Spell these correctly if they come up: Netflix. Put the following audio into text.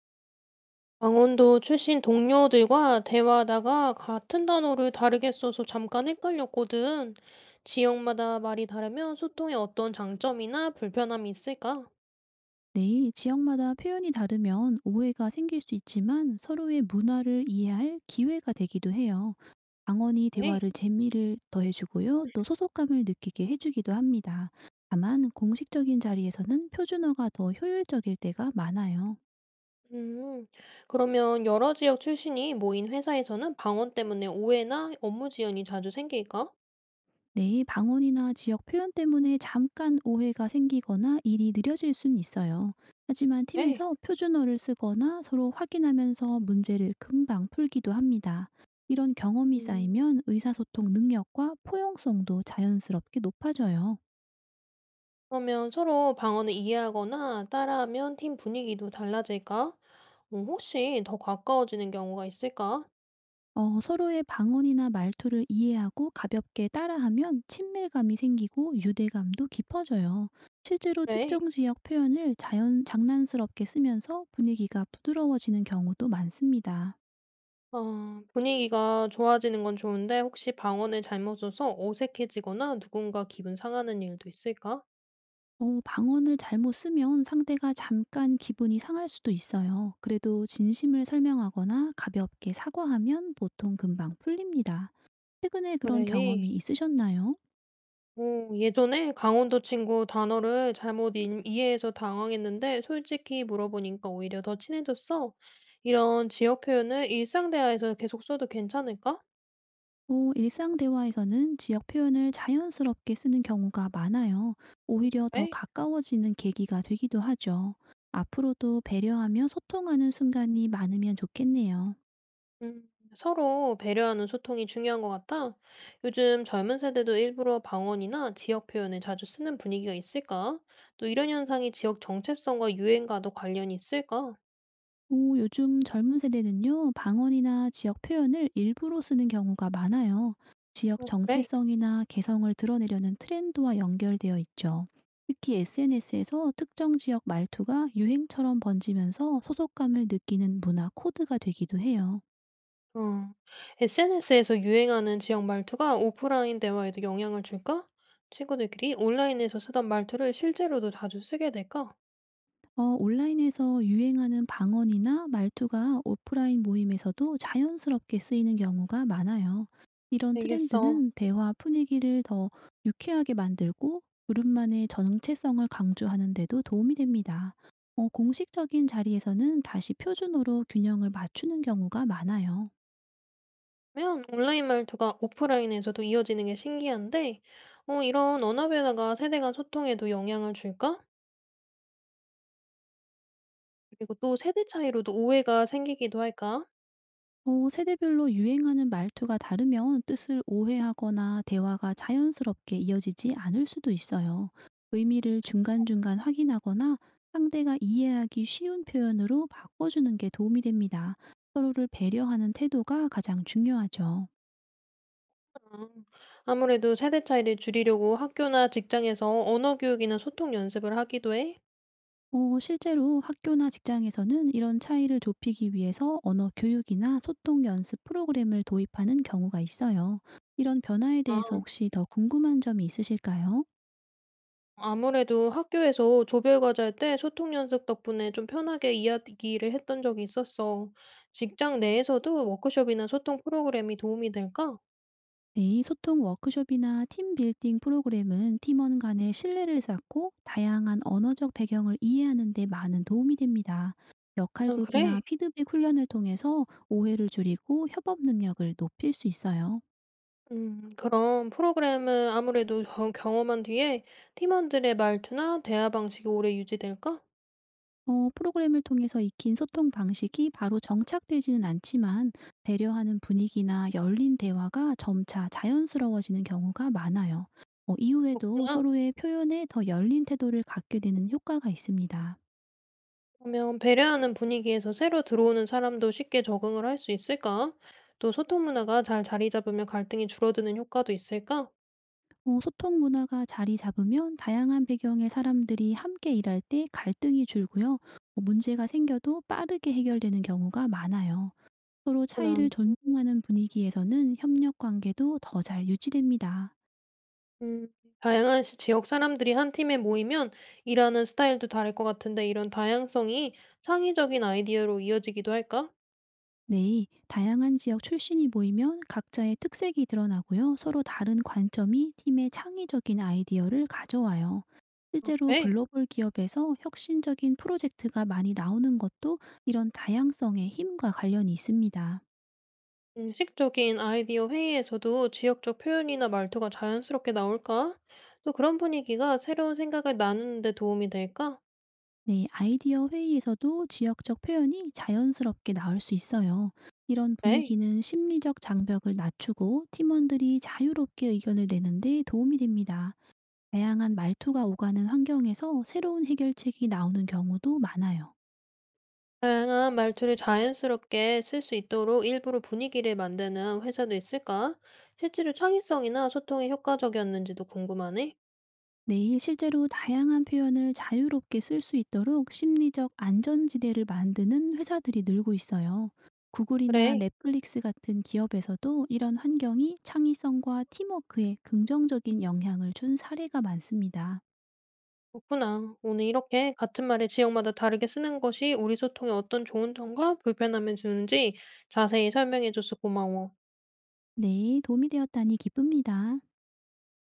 강원도 출신 동료들과 대화하다가 같은 단어를 다르게 써서 잠깐 헷갈렸거든. 지역마다 말이 다르면 소통에 어떤 장점이나 불편함이 있을까? 네, 지역마다 표현이 다르면 오해가 생길 수 있지만 서로의 문화를 이해할 기회가 되기도 해요. 방언이 네. 대화를 재미를 더해주고요. 또 소속감을 느끼게 해주기도 합니다. 다만 공식적인 자리에서는 표준어가 더 효율적일 때가 많아요. 음, 그러면 여러 지역 출신이 모인 회사에서는 방언 때문에 오해나 업무 지연이 자주 생길까? 네, 방언이나 지역 표현 때문에 잠깐 오해가 생기거나 일이 느려질 순 있어요. 하지만 네. 팀에서 표준어를 쓰거나 서로 확인하면서 문제를 금방 풀기도 합니다. 이런 경험이 음, 쌓이면 의사소통 능력과 포용성도 자연스럽게 높아져요. 그러면 서로 방언을 이해하거나 따라하면 팀 분위기도 달라질까? 혹시 더 가까워지는 경우가 있을까? 서로의 방언이나 말투를 이해하고 가볍게 따라하면 친밀감이 생기고 유대감도 깊어져요. 실제로 네. 특정 지역 표현을 자연 장난스럽게 쓰면서 분위기가 부드러워지는 경우도 많습니다. 아, 분위기가 좋아지는 건 좋은데 혹시 방언을 잘못 써서 어색해지거나 누군가 기분 상하는 일도 있을까? 방언을 잘못 쓰면 상대가 잠깐 기분이 상할 수도 있어요. 그래도 진심을 설명하거나 가볍게 사과하면 보통 금방 풀립니다. 최근에 그런 그래. 경험이 있으셨나요? 어, 예전에 강원도 친구 단어를 잘못 이해해서 당황했는데 솔직히 물어보니까 오히려 더 친해졌어. 이런 지역 표현을 일상 대화에서 계속 써도 괜찮을까? 일상 대화에서는 지역 표현을 자연스럽게 쓰는 경우가 많아요. 오히려 더 가까워지는 계기가 되기도 하죠. 앞으로도 배려하며 소통하는 순간이 많으면 좋겠네요. 음, 서로 배려하는 소통이 중요한 것 같아. 요즘 젊은 세대도 일부러 방언이나 지역 표현을 자주 쓰는 분위기가 있을까? 또 이런 현상이 지역 정체성과 유행과도 관련이 있을까? 오, 요즘 젊은 세대는요, 방언이나 지역 표현을 일부러 쓰는 경우가 많아요. 지역 어, 그래. 정체성이나 개성을 드러내려는 트렌드와 연결되어 있죠. 특히 SNS에서 특정 지역 말투가 유행처럼 번지면서 소속감을 느끼는 문화 코드가 되기도 해요. 어. SNS에서 유행하는 지역 말투가 오프라인 대화에도 영향을 줄까? 친구들끼리 온라인에서 쓰던 말투를 실제로도 자주 쓰게 될까? 온라인에서 유행하는 방언이나 말투가 오프라인 모임에서도 자연스럽게 쓰이는 경우가 많아요. 이런 알겠어. 트렌드는 대화 분위기를 더 유쾌하게 만들고 그룹만의 정체성을 강조하는 데도 도움이 됩니다. 공식적인 자리에서는 다시 표준어로 균형을 맞추는 경우가 많아요. 면 온라인 말투가 오프라인에서도 이어지는 게 신기한데, 이런 언어 변화가 세대 간 소통에도 영향을 줄까? 그리고 또 세대 차이로도 오해가 생기기도 할까? 세대별로 유행하는 말투가 다르면 뜻을 오해하거나 대화가 자연스럽게 이어지지 않을 수도 있어요. 의미를 중간중간 확인하거나 상대가 이해하기 쉬운 표현으로 바꿔주는 게 도움이 됩니다. 서로를 배려하는 태도가 가장 중요하죠. 아, 아무래도 세대 차이를 줄이려고 학교나 직장에서 언어 교육이나 소통 연습을 하기도 해. 실제로 학교나 직장에서는 이런 차이를 좁히기 위해서 언어 교육이나 소통 연습 프로그램을 도입하는 경우가 있어요. 이런 변화에 대해서 아, 혹시 더 궁금한 점이 있으실까요? 아무래도 학교에서 조별 과제할 때 소통 연습 덕분에 좀 편하게 이야기를 했던 적이 있었어. 직장 내에서도 워크숍이나 소통 프로그램이 도움이 될까? 네, 소통 워크숍이나 팀 빌딩 프로그램은 팀원 간의 신뢰를 쌓고 다양한 언어적 배경을 이해하는 데 많은 도움이 됩니다. 아, 그래? 역할극이나 피드백 훈련을 통해서 오해를 줄이고 협업 능력을 높일 수 있어요. 그럼 프로그램은 아무래도 경험한 뒤에 팀원들의 말투나 대화 방식이 오래 유지될까? 프로그램을 통해서 익힌 소통 방식이 바로 정착되지는 않지만 배려하는 분위기나 열린 대화가 점차 자연스러워지는 경우가 많아요. 이후에도 그렇구나. 서로의 표현에 더 열린 태도를 갖게 되는 효과가 있습니다. 그러면 배려하는 분위기에서 새로 들어오는 사람도 쉽게 적응을 할 수 있을까? 또 소통 문화가 잘 자리 잡으면 갈등이 줄어드는 효과도 있을까? 소통 문화가 자리 잡으면 다양한 배경의 사람들이 함께 일할 때 갈등이 줄고요. 문제가 생겨도 빠르게 해결되는 경우가 많아요. 서로 그렇구나. 차이를 존중하는 분위기에서는 협력 관계도 더 잘 유지됩니다. 음, 다양한 지역 사람들이 한 팀에 모이면 일하는 스타일도 다를 것 같은데 이런 다양성이 창의적인 아이디어로 이어지기도 할까? 네, 다양한 지역 출신이 모이면 각자의 특색이 드러나고요. 서로 다른 관점이 팀의 창의적인 아이디어를 가져와요. 아, 실제로 그래? 글로벌 기업에서 혁신적인 프로젝트가 많이 나오는 것도 이런 다양성의 힘과 관련이 있습니다. 공식적인 아이디어 회의에서도 지역적 표현이나 말투가 자연스럽게 나올까? 또 그런 분위기가 새로운 생각을 나누는 데 도움이 될까? 네, 아이디어 회의에서도 지역적 표현이 자연스럽게 나올 수 있어요. 이런 그래. 분위기는 심리적 장벽을 낮추고 팀원들이 자유롭게 의견을 내는데 도움이 됩니다. 다양한 말투가 오가는 환경에서 새로운 해결책이 나오는 경우도 많아요. 다양한 말투를 자연스럽게 쓸 수 있도록 일부러 분위기를 만드는 회사도 있을까? 실제로 창의성이나 소통이 효과적이었는지도 궁금하네. 네, 실제로 다양한 표현을 자유롭게 쓸 수 있도록 심리적 안전지대를 만드는 회사들이 늘고 있어요. 구글이나 그래, 넷플릭스 같은 기업에서도 이런 환경이 창의성과 팀워크에 긍정적인 영향을 준 사례가 많습니다. 그렇구나. 오늘 이렇게 같은 말을 지역마다 다르게 쓰는 것이 우리 소통에 어떤 좋은 점과 불편함을 주는지 자세히 설명해줘서 고마워. 네, 도움이 되었다니 기쁩니다.